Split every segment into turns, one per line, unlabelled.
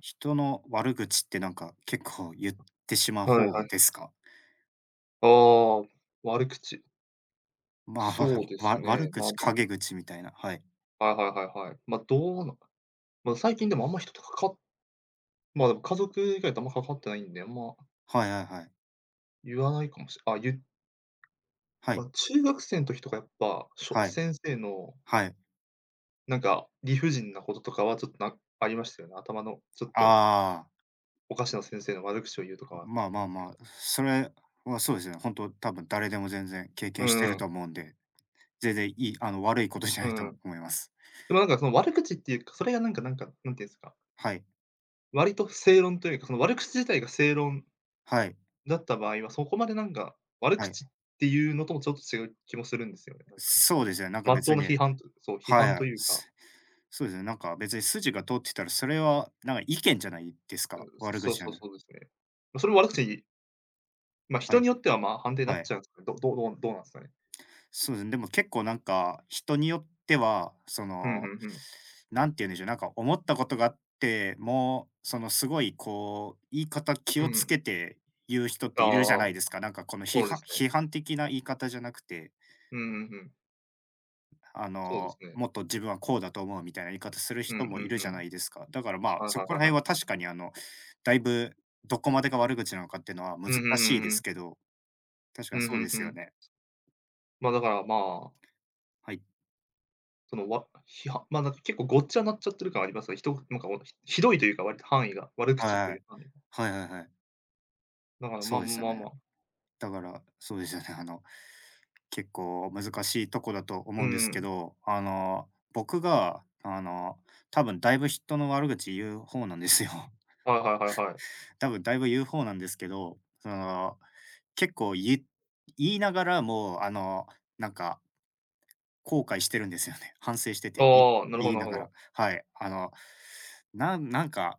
人の悪口ってなんか結構言ってしまう
はい
方
はい。
ですか？
ああ、悪口。
まあ、わ
そうで
わ
す
悪
ね。ま
口、
あ、でも
陰口みたいな、はい。
はいはいはいはい。ま、どうなま、最近でもあんま人とかかま、でも家族以外とあんま関わってないんで、あんま
はいはいはい。
言わないかもしれない。
は
ま
い。
あ、中学生の時とかやっぱ、
はい。
先生の
はい。
なんか理不尽なこととかはちょっとなありましたよね。頭のちょっと
ああ、
おかしな先生の悪口を言うとかはあっ
ま
た
あ
と思
ま
うん
あ
です
ま
けど。
あ、それはそうですね。本当多分誰でも全然経
う
験して
ん
る
う
と
ん。
思うんで、全然いい、あの、悪いことじゃ
う
ないと
ん。
思います。
でもなんかその悪口っていうか、それがなんか、なんていうんですか、
はい。
割と正論というか、その悪口自体が正論
はい。
だった場合は、そこまでなんか、悪
はい。
口っていうのともちょっと違う気もするんですよね、なんか。
そうですね、なんか
真っ
別
当な
に、
批判と、そう、批
はい
判
は
と
い、
いうか、
そうですね、なんか別に筋が通ってたら、それはなんか意見じゃないです
うん、
か？悪
そう
口じゃ
そう
ない。
そうですね。ま、それも悪口、ま、
は
人
い、
によっては、ま、判定にな
は
っ
い。
ちゃうんすかね。どうなんすかね。
そうですね、でも結構なんか、人によっては、そ
うんうんう
の、
ん。
なんて言うんでしょう、なんか思ったことがあっても、そのすごいこう、言い方気
うん
を
う
つ
ん。
けて言う人っているじゃ
あ
な
あ、
いですか。なんかこの批
そうで
判
すね。
批判的な言い方じゃなくて、
うんうんうん。
あ
そうです
の、
ね。
もっと自分はこうだと思うみたいな言い方する
うんう
人もい
ん
る
う
じゃな
ん。
いですか。だからまあ、
はい
そ
はい
こ
は
ら
いは
辺
い。
は確かにあの、だいぶどこまでが悪口なのかっていうのは難
うんうんう
しい
ん
で
う
す
ん。
けど、確か
う
に
んう
そうで
んう
すよ
ん。
ね。
ま、だからまあ、
はい。
その、わ批判ま、なんか結構ごっちゃになっちゃってる感ありますね。なんか、ひどいというか、割と範囲が、悪口と
は
いう
い。
範囲。
はいはいはい。
だから、
そ
まあ
うですよ
まあま
ね。
あ。
だから、そうですよね、あの、結構難しいとこだと思
う
うんですけ
ん。
ど、あの、僕が、あの、多分だいぶ人の悪口言う方なんですよ。
はいはいはいはい。
多分だいぶ言う方なんですけど、その、結構言いながらも、あの、なんか、後悔してるんですよね。反省してて、
ああ、なる
言
ほ
い
どなる
な
ほ
がら。
ど。
はい。あの、なんか、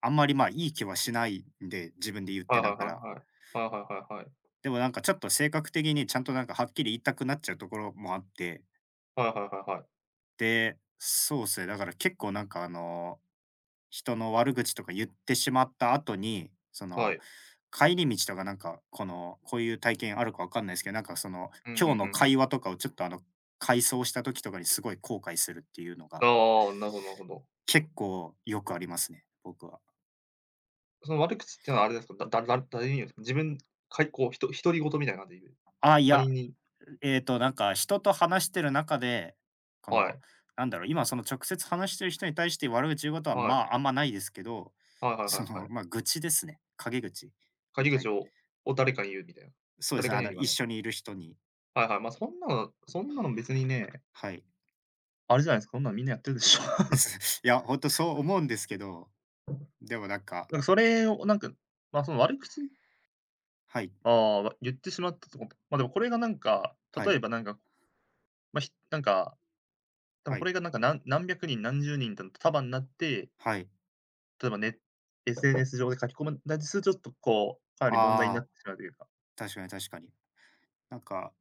あんまり、ま、いい気はしないんで、自分で言っ
は
て
いは
な
い
が
はい
ら。
はい。はいはいはいはい。
でもなんかちょっと性格的にちゃんとなんかはっきり言いたくなっちゃうところもあって、
はいはいはいはい。
で、そうっすね、だから結構なんかあの、人の悪口とか言ってしまった後に、そ
は
の、
い。
帰り道とかなんかこの、こういう体験あるかわかんないですけど、なんかその、
うん、うん
今
う
日の
んう
会
ん。
話とかをちょっとあの、回想した時とかにすごい後悔するっていうのが、
ああ、なるほどなるほど。
結構よくありますね、僕は。
その悪口っていうのはあれですか、だだだ誰に言うんですか？自分、かいこう、独り言みたいな感じで言う？
ああ、い
他
や、
人に。
なんか人と話してる中で、こ
は
の、
い。
なんだろう、今その直接話してる人に対して悪口言うことは、
は
ま
い。
あ、あんまないですけど、
はいはい
そ
はい
の、
はい。
ま、愚痴ですね。陰口み
陰
た
口
い、
を誰かに言うみたいな。
そうです
誰
ね、
か
あ
には
の、
言わ
一
ない。
緒にいる人に、
はいはい。ま、そんなの別にね、
はい。
あれじゃないですか、そんなのみんなやってるでしょ。
です。いや、ほんとそう思うんですけど、でもなんか、
なんかそれをなんか、ま、その悪口、
はい
ああ、ま、言ってしまったとこと、ま、でもこれがなんか、
は
例
い
えばなんか、ま、なんか、多
は
分こ
い
れがなんか、何百人何十人と束になって、
はい。
例えばね SNS 上で書き込まだりすると、ちょっとこう、かなり問題になっ
ああ、
てしまうというか。
確かに確かに。なんか、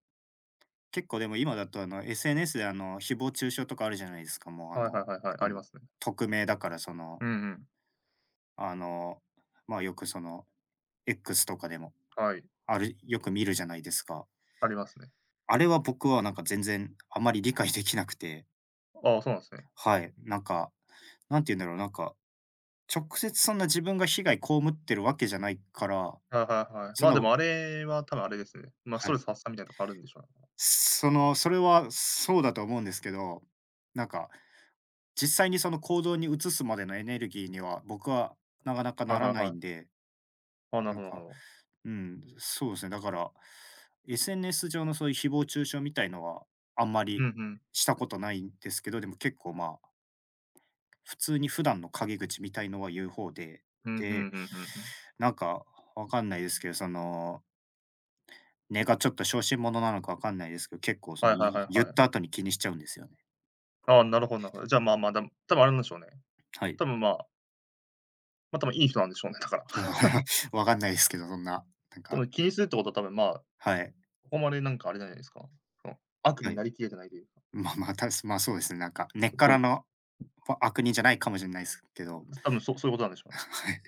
結構でも今だとあの、SNS であの、誹謗中傷とかあるじゃないですか、もうあ
はいはい
の、
はいはい、
こ
あり
の
ますね。
匿名だからその、
うんうん。
あの、まあ、よくその X とかでも、
はい、
あるよく見るじゃないですか。
ありますね。
あれは僕はなんか全然あまり理解できなくて、
ああ、そうなんすね。
はい、なんか、なんて言うんだろう、なんか、直接そんな自分が被害被ってるわけじゃないから、
はいはいはい。
そ
ま
ん
あ、
な、
でもあれは多分あれですね。ま、ス
は
トレ
い。
ス発散みたいなとこあるんでしょうね。
その、それはそうだと思うんですけど、なんか、実際にその行動に移すまでのエネルギーには、僕はなかなか
は
な
い
ら
はい
ない
はい。
んで、
ああ、なる
な
ほ
ん
どな
か、
るほど。
うん、そうですね。だから、SNS 上のそういう誹謗中傷みたいのは、あんま
うん
り
うん。
したことないんですけど、でも結構まあ、普通に普段の陰口みたいのは言う方で、
うん、ふ
で、
んふんふんふん。
なんか、わかんないですけど、その、根がちょっと小心者なのかわかんないですけど、結構そ
は
の、
いはいはい
言っ
はい。
た後に気にしちゃうんですよね。
ああ、なるほどなるほど。じゃあ、まあまあ、多分あれなんでしょうね。
はい。
多分、まあまあ、多分いい人なんでしょうね、だから。
わかんないですけど、そんな、なん
多
か、
分気にするってことは多分、まあ、
はい、
ここまでなんかあれじゃないですか、その、悪
は
に
い。
なりきれてないというか、
まあまあ、まあそうですね、なんか、根っか
そ
ら
うです。
の、悪人じゃないかもしれないですけど、
多分そうそういうことなんでし ょうね。
はい。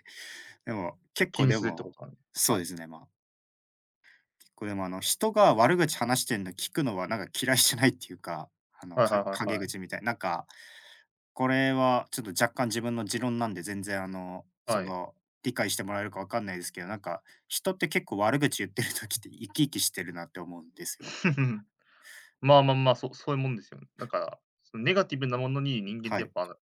でも、結
気
構
に
で
するって
も、
ことはね。
そう
は
で
い。
すね、まあ、結構でもあの、人が悪口話してんの聞くのはなんか嫌いじゃないっていうか、あの、
はいはいはい
陰
はい。
口みたい、なんか、これはちょっと若干自分の持論なんで、全然あの、そ
はい。
の、理解してもらえるかわかんないですけど、なんか、人って結構悪口言ってる時って生き生きしてるなって思うんですよ。
まあまあまあ、そうそういうもんですよね。だから、そのネガティブなものに人間っ
は
てや
い。
っぱ、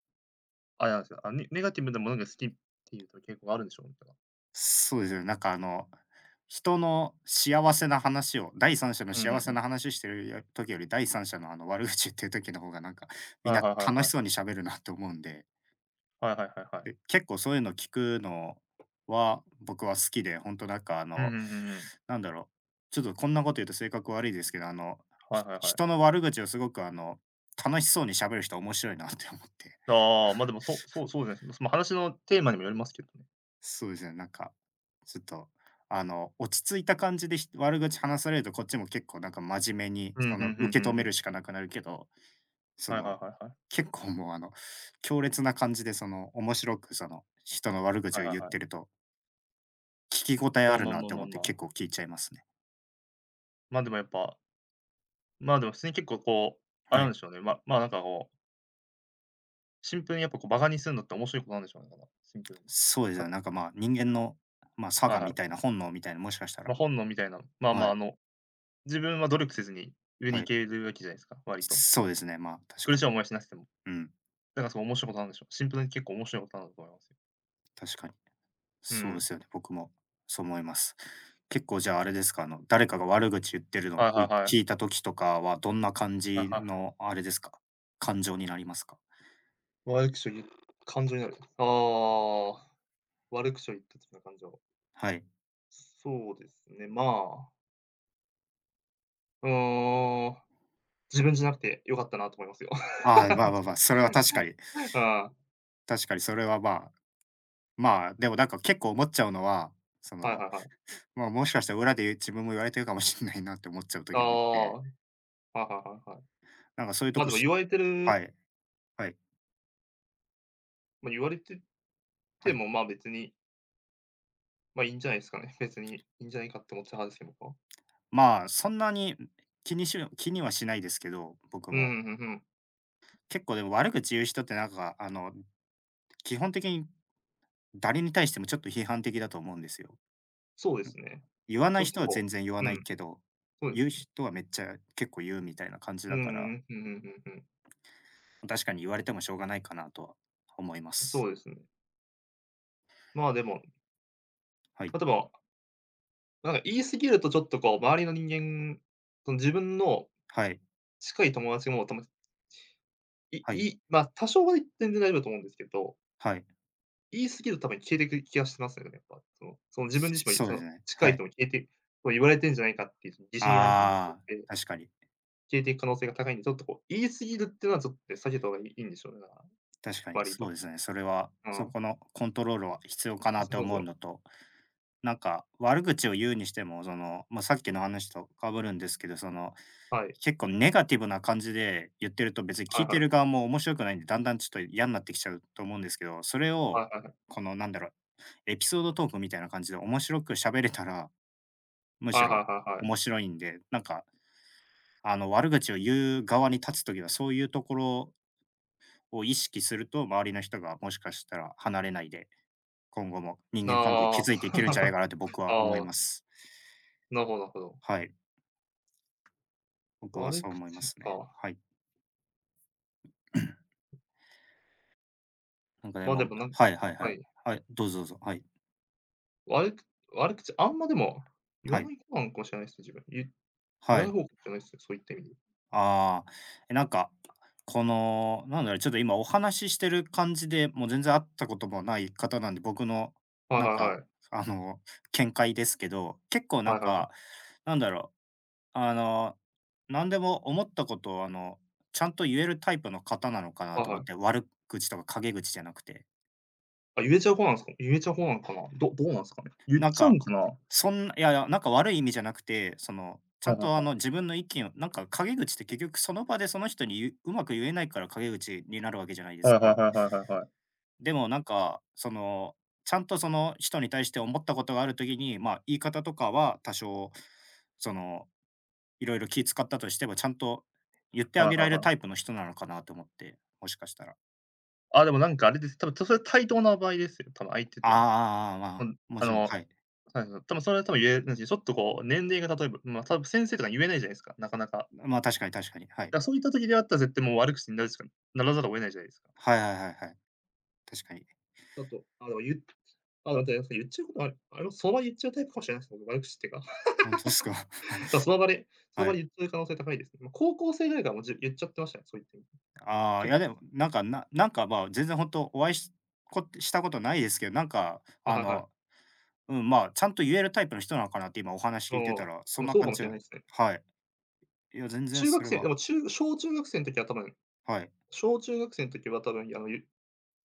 あれなんですよ、あ、ネガティブなものが好きっていうと傾向があるんでしょうね、だから。
そうですよね。なんかあの、人の幸せな話を、第三者の
うんうん
幸せ
う
な
ん。
話してるよ時より、第三者のあの悪口言ってる時の方がなんか、みん
はい
な
はいはい
楽
は
し
い。
そうに喋るなと思うんで、
はいはいはいはい。
で、結構そういうの聞くのは、僕は好きで、ほんとなんかあ
うんうん
の、
うんうん。
なんだろう、ちょっとこんなこと言うと性格悪いですけど、あの、
はいはいはい。
人の悪口をすごくあの、楽しそうに喋る人面白いなって思って。
ああ、ま、でもそうそうそうですね。その話のテーマにもよりますけどね。
そうですね、なんか、ちょっと、あの、落ち着いた感じで悪口話されると、こっちも結構なんか真面目に、
うん、
そ
うんう
の、
ん
受
う
け止
ん
め
う
る
ん。
しかなくなるけど、そ
はいは
の、
いはいはい。
結構もう、あの、強烈な感じで、その、面白く、その、人の悪
は
口
い
を
は
言っ
いは
てる
い。
と、聞き応え
ま
あ
あ
る
まあ
なっ
まあ
て
ま
思
あ
って
ま
結
あ。
構聞いちゃいますね。
まあ、でもやっぱ、まあ、でも普通に結構こう、あれ
は
な
い。
んでしょうね、まあ、なんかこう、シンプルにやっぱこう、馬鹿にするのって面白いことなんでしょうね、だから、シンプルに。
そうです
多
ね、
分。
なんか、まあ、人間の、まあ、差
はい
が
は
みたい
い。
な、本能みたいな、もしかした
ま、
ら、
本能みたいな、まあま
は
あ、あ
い、
の、自分は努力せずに上に
は
行
い。
けるわけじゃないですか、割と。
そうですね、まあ、確か
苦し
に。
い思いしなくても。
うん、
だからすごい面白いことなんでしょう。シンプルに結構面白いことなんだと思いますよ。
確かに。
う
そうで
ん。
すよね、僕もそう思います。結構じゃああれですか、あの、誰かが悪口言ってるのを
はいはいは
聞
い。
いた時とかは、どんな感
はい
じ
はい。
のあれですか、感情になりますか？
悪口を言う感情になる。ああ、悪口を言った時の感情。
はい。
そうですね、まあ、うーん。自分じゃなくて良かったなと思いますよ。
ああ、まあまあまあ、それは 確かに、
うん。あ
確かにそれはまあ、まあ、でもなんか結構思っちゃうのは、そ
あ、はい
の、
はいはい。
まあ、もしかしたら裏で言う自分も言われてるかもしんないなって思っちゃう
あ
時もあっ
あ、
て、
はいはいはいはい。
なんかそういうと
ま、
こ
でも言われて
は
る
いはい
まあ、言われて
は
て
い。
も、ま、別に、ま、いいんじゃないですかね。別にいいんじゃないかって思っちゃう派ですけど、僕は。
まあ、そんなに気にはしないですけど、僕
うん、う
も。
んうんうん。
結構でも悪口言う人ってなんかあの基本的に誰に対してもちょっと批判的だと思うんですよ。
そうですね。
言わな
ち
い
ょっ
人
と
は
こ
全然言わ
うう
ない
ん、
けど、
そうで
言う
すね。
人はめっちゃ結構言うみたいな感じ
うん
だ
う
から、
んうん、うんうんうん、
確かに言われてもしょうがないかなとは思いま
そ
す。
うですね。まあ、でも、
はい。
例えばなんか言い過ぎるとちょっとこう、周りの人間、その自分の
はい。
近い友達も、たまい
はい。
いま、多少は全然大丈夫だと思うんですけど、
はい。
言い過ぎると多分消えていく気がしますよね、やっぱ。その自分自身
そ
も
そう
そ
です
の
ね。
近
は
い
い。
人も消えて、そう言われてんじゃないかっていう疑心暗鬼になっちゃっ
あ
て、
あ、確かに。
消えていく可能性が高いんで、ちょっとこう、言い過ぎるっていうのはちょっと避けた方がいいんでしょうね、だから、
確かに
割
そう
と。
ですね。それは、
う
そ
ん。
このコントロールは必要かな
そう
と
そう
思
そ
う
う。
のと、なんか、悪口を言うにしても、その、まあ、さっきの話とかぶるんですけど、その、
はい。
結構ネガティブな感じで言ってると、別に
は
聞
い
い
は
てる
い。
側も面白くないんで、だんだんちょっと嫌になってきちゃうと思うんですけど、それ
は
を、
いはいはい。
このなんだろう、エピソードトークみたいな感じで面白く喋れたら、むし
はいは
ろ
いはいはい。
面白いんで、なんか、あの、悪口を言う側に立つ時は、そういうところを意識すると、周りの人がもしかしたら離れないで、今後も人
な
間関係築いて
あ、
いけるんじゃないかなって僕
あ
は思い
あ、
ます。
なるほどなるほど。
はい。僕は
悪
そう
口
思いますね。
か。
はい。なんかで
ま、で
も、
も
はいはいは
は
い。
い。
はい、どうぞどうぞ。はい。
悪く悪口、あんまでも言
は
わ
い。
ない方なのかもしれないですね、自分。言
は
わな
い。
い方かもしれないですね、そういった意味で。
ああ、え、なんか、ちょっと今お話ししてる感じで、もう全然会ったこともない方なんで、
はい
なん
は
か、
いはい。
あの、見解ですけど、
はいはいはい。
なんだろう、あの、なんでも思ったことを、ちゃんと言えるタイプの方なのかな
はい
と思っ
は
て、
い。
悪口とか陰口じゃなくて。
あ、言えちゃう方なんですか？言えちゃう方なのかな？どうなんすかね？言っ
なん
ちゃうん
か、
かな？は
そんな、いやいや、なんか悪い意味じゃなくて、ち
い
ゃ
は
ん
い
と
はい。
自分の意見を、なんか陰口って結局その場でその人に言う、うまく言えないから陰口になるわけじゃないで
は
す
いはい
か。
はいはいはいはい。
でもなんか、ちゃんとその人に対して思ったことがあるときに、まあ、言い方とかは多少、その、いろいろ気使ったとしても、ちゃんと言ってあ
はい
げら
は
れ
い
る
は
タイプ
い。
の人なのかなと思って、もしかしたら。
あ、でもなんかあれです。多分それ対等な場合ですよ、多分相手
あ
とも。
あああま
う
あ、
ん、
も
あ
ちろん、は
の、
い。
はいはい。多分それは多分言えるし、ちょっとこう年齢が例えば、ま、多分先生とか言えないじゃないですか、なかなか。
まあ、確かに確かに、はい。
だそういった時であったら絶対もう悪口になるしかならざるを得ないじゃないですか。
はいはいはいはい。確かに。
だと、あの、あ、だってなんすか、言っちゃうことあるあれもその場で言っちゃうタイプかもしれないですね、悪口っていうか。
本当ですか？
だ、その場でその
は
場
い。
で言っちゃう可能性高いですね。ま、高校生ぐらいからもう言っちゃってましたね、そう言って。
ああ、い
結
や
構
でも、なんか、まあ、本当お会いしたことないですけど、
あ、はいはい。
うん、まあ、ちゃんと言えるタイプの人なのかなって今お話聞いて
もう、
たら、
で
そん
も
な
そうか
感
もし
じ
れ
は。
ないですね。
はい。いや、全然
中
そ
学
れ
生
は。
でも、中小中学生の時は多分
はい。
小中学生の時は多分、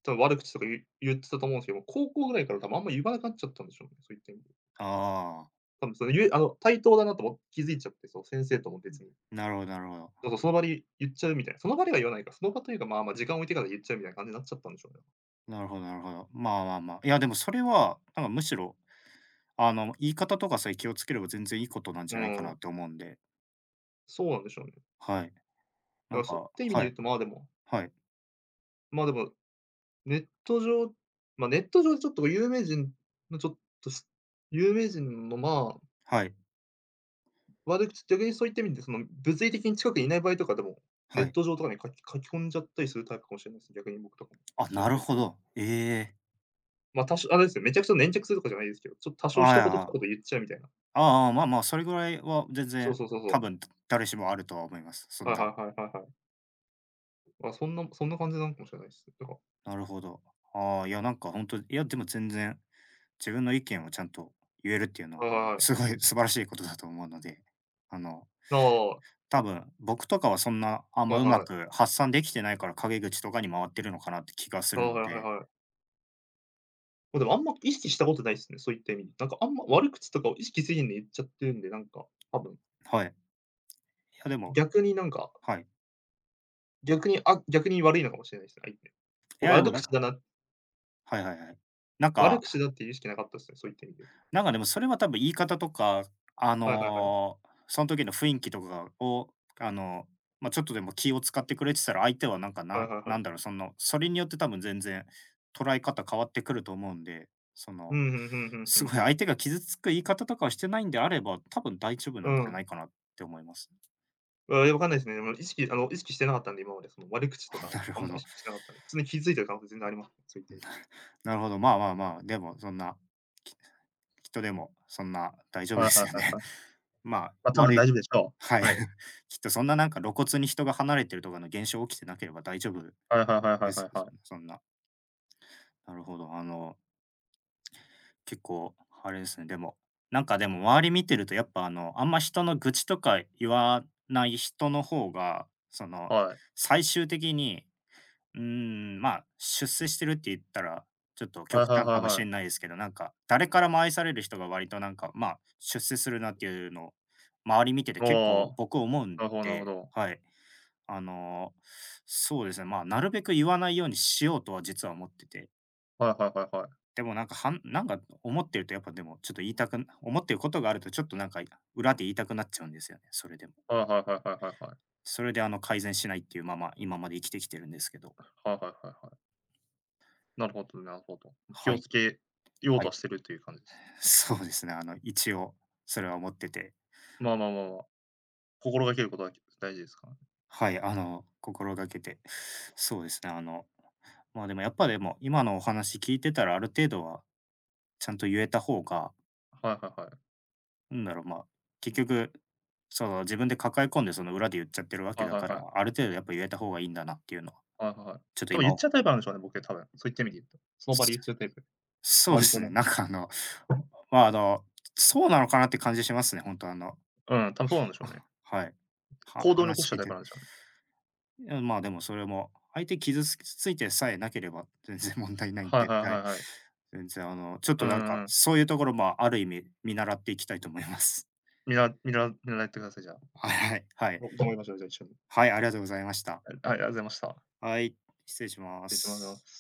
多分悪口とか言ってたと思うんですけど、高校ぐらいから多分あんま言わなくなっちゃったんでしょうね、そういった意味で。
ああ、
多分そのゆえあの、対等だなとも気づいちゃって、そう、先生とも別に。
なるほどなるほど。
そうそう、その場で言っちゃうみたいな。その場では言わないか、その場というか、まあまあ時間置いてから言っちゃうみたいな感じになっちゃったんでしょうね。
なるほどなるほど。まあまあまあ。いや、でもそれは、なんかむしろ、言い方とかさえ気をつければ全然いいことなん
う
じゃないかなっ
ん、
て思うんで、
そうなんでしょうね。
はい。
だからそうって意味で
は
言
い、
うと、まあ、でも
はい、
まあ、でもネット上ネット上でちょっと有名人のちょっとし有名人の、まあ、
はい、
悪口逆にそういった意味で、その、物理的に近くにいない場合とかでも、ネ
は
ッ
い。
ト上とかに書き込んじゃったりするタイプかもしれないです、逆に僕とかも。
あ、
そ
な
のそ
る
ういった
ほ
意味で。
ど。ええ。
まあ、多少あれですよ、めちゃくちゃ粘着するとかじゃないですけど、ちょっと多少
ああ、い
一言一
や。
言言っちゃうみたいな。
ああ、まあまあ、それぐらいは全
そう
然、
そうそうそ
多
う。
分、誰しもあるとは思います、そん
はいは
な。
いはいはいはい。まあ、そんな感じなのかもしれないです。とか
なるほど。ああ、いや、なんかほんと、いや、でも全然、自分の意見をちゃんと言えるっていうの
は
は、
いはいは
す
い。
ごい 素晴らしいことだと思うので、あの、
ああ、
多分、僕とかはそんな、あん
は
ま
い
うま
はい。
く発散できてないから、陰口とかに回ってるのかなって気がす
は
る
いは
の
いはい
で、
はい。ま、でもあんま意識したことないですね、そういった意味で。なんかあんま悪口とかを意識せずに言っちゃってるんで、なんか、多分、
はい。いや、でも
逆になんか、
はい。
逆に悪いのかもしれないですね、相手。
い
こ
や、
れ
でも
悪
なん
口だ
か
な
はいはいはい。なん
悪口
か
だっていう意識なかったですね、そういった意味で言うと。
なんかでもそれは多分言い方とか、あ
はいはいはい。
の、その時の雰囲気とかを、あの、まあ、ちょっとでも気を使ってくれてたら、相手はなんか、
は
な
いはいは
なんだ
い。
ろう、その、それによって多分全然捉え方変わってくると思うんで、そ
う
の、
ん、ふんふんふんふ
すご
ん
い
ふん。
相手が傷つく言い方とかをしてないんであれば、多分大丈夫
う
なんじゃな
ん。
いかなって思います。
あ、いや、わかんないですね。でも意識してなかったんで、今までその悪口と かを
なる
あ
ほ
んま意
ど、
識してなかったんで、普通に傷ついてる可能性全然ありますね、そういった意味で。
なるほど。まあまあまあ、でもそんな、ききっとでも、そんな大丈夫で
はいは
す
い
よ
はい
ね。
はい。
まあ、
ま、多分
悪い。
大丈夫でしょ
はい。
う。はい。
きっとそんな、なんか露骨に人が離れてるとかの現象起きてなければ大丈夫
はいはいはいは
で
いは
す
いは
よ、
い。
そんな。なるほど。結構あれですね、でも、なんかでも周り見てると、やっぱあんま人の愚痴とか言わない人の方が、
はい。
最終的に、うーん、まあ、出世してるって言ったら、ちょっと極
はいはい
端
は
か
い
もし
は
れ
い。
ないですけど、なんか、誰からも愛される人が割となんか、まあ、出世するなっていうのを、周り見てて
あ
結構
あ、
僕思うん
なるほどなるほ
で、
ど。
はい。あの、そうですね、まあ、なるべく言わないようにしようとは実は思ってて、
はいはいはいはい。
でもなんか、なんか思ってると、やっぱでもちょっと言いたくな思ってることがあるとちょっとなんか裏で言いたくなっちゃうんですよね、それでも。
はいはいはいはいはいはい。
それで改善しないっていうまま、今まで生きてきてるんですけど。
はいはいはいはい。なるほどなるほど。気
は
を
い、
つけよう
は
と
い。
はしてるっていう感じです。
そうですね、一応それは思ってて、
まあまあまあまあ、心がけることは大事ですからね。
はい、心がけて、そうですね、まあ、でもやっぱでも今のお話聞いてたら、ある程度はちゃんと言えた方が、
はいはいはい。
なんだろう、まあ、結局、自分で抱え込んで、裏で言っちゃってるわけ
はい
だ
はい
か
は
ら、
い。
ある程度やっぱ言えた方がいいんだなっていうのは、
はいはいはい。
ちょっと
多分
今
言っ
お
ちゃうタイプなんでしょうね、僕多分。そう言ってみて言うと。その場で
そ
言っちゃうタイプ。
そうで
割と
すね、
ね。
まあ、そうなのかなって感じしますね、本当、
うん、多分そうなんでしょうね。
あ、はい。
行動に起こ
話
しちゃ
聞
う
い
タイ
て。
プなんでしょうね。
いや、まあ、でもそれも、相手傷つついてさえなければ全然問題ないっ
はい
て。
はい
は
は
い、
いはい。
全然、ちょっ
う
となんか、
んうん
そういうところもある意味見習っていきたいと思います。
見習ってください、じゃあ。
はいはい。はい。
お頑張りましょう、じゃあ一緒に。
はい、ありがとうございました。
はい、ありがとうございました。失
はい、失礼しま
礼しま
す。
す。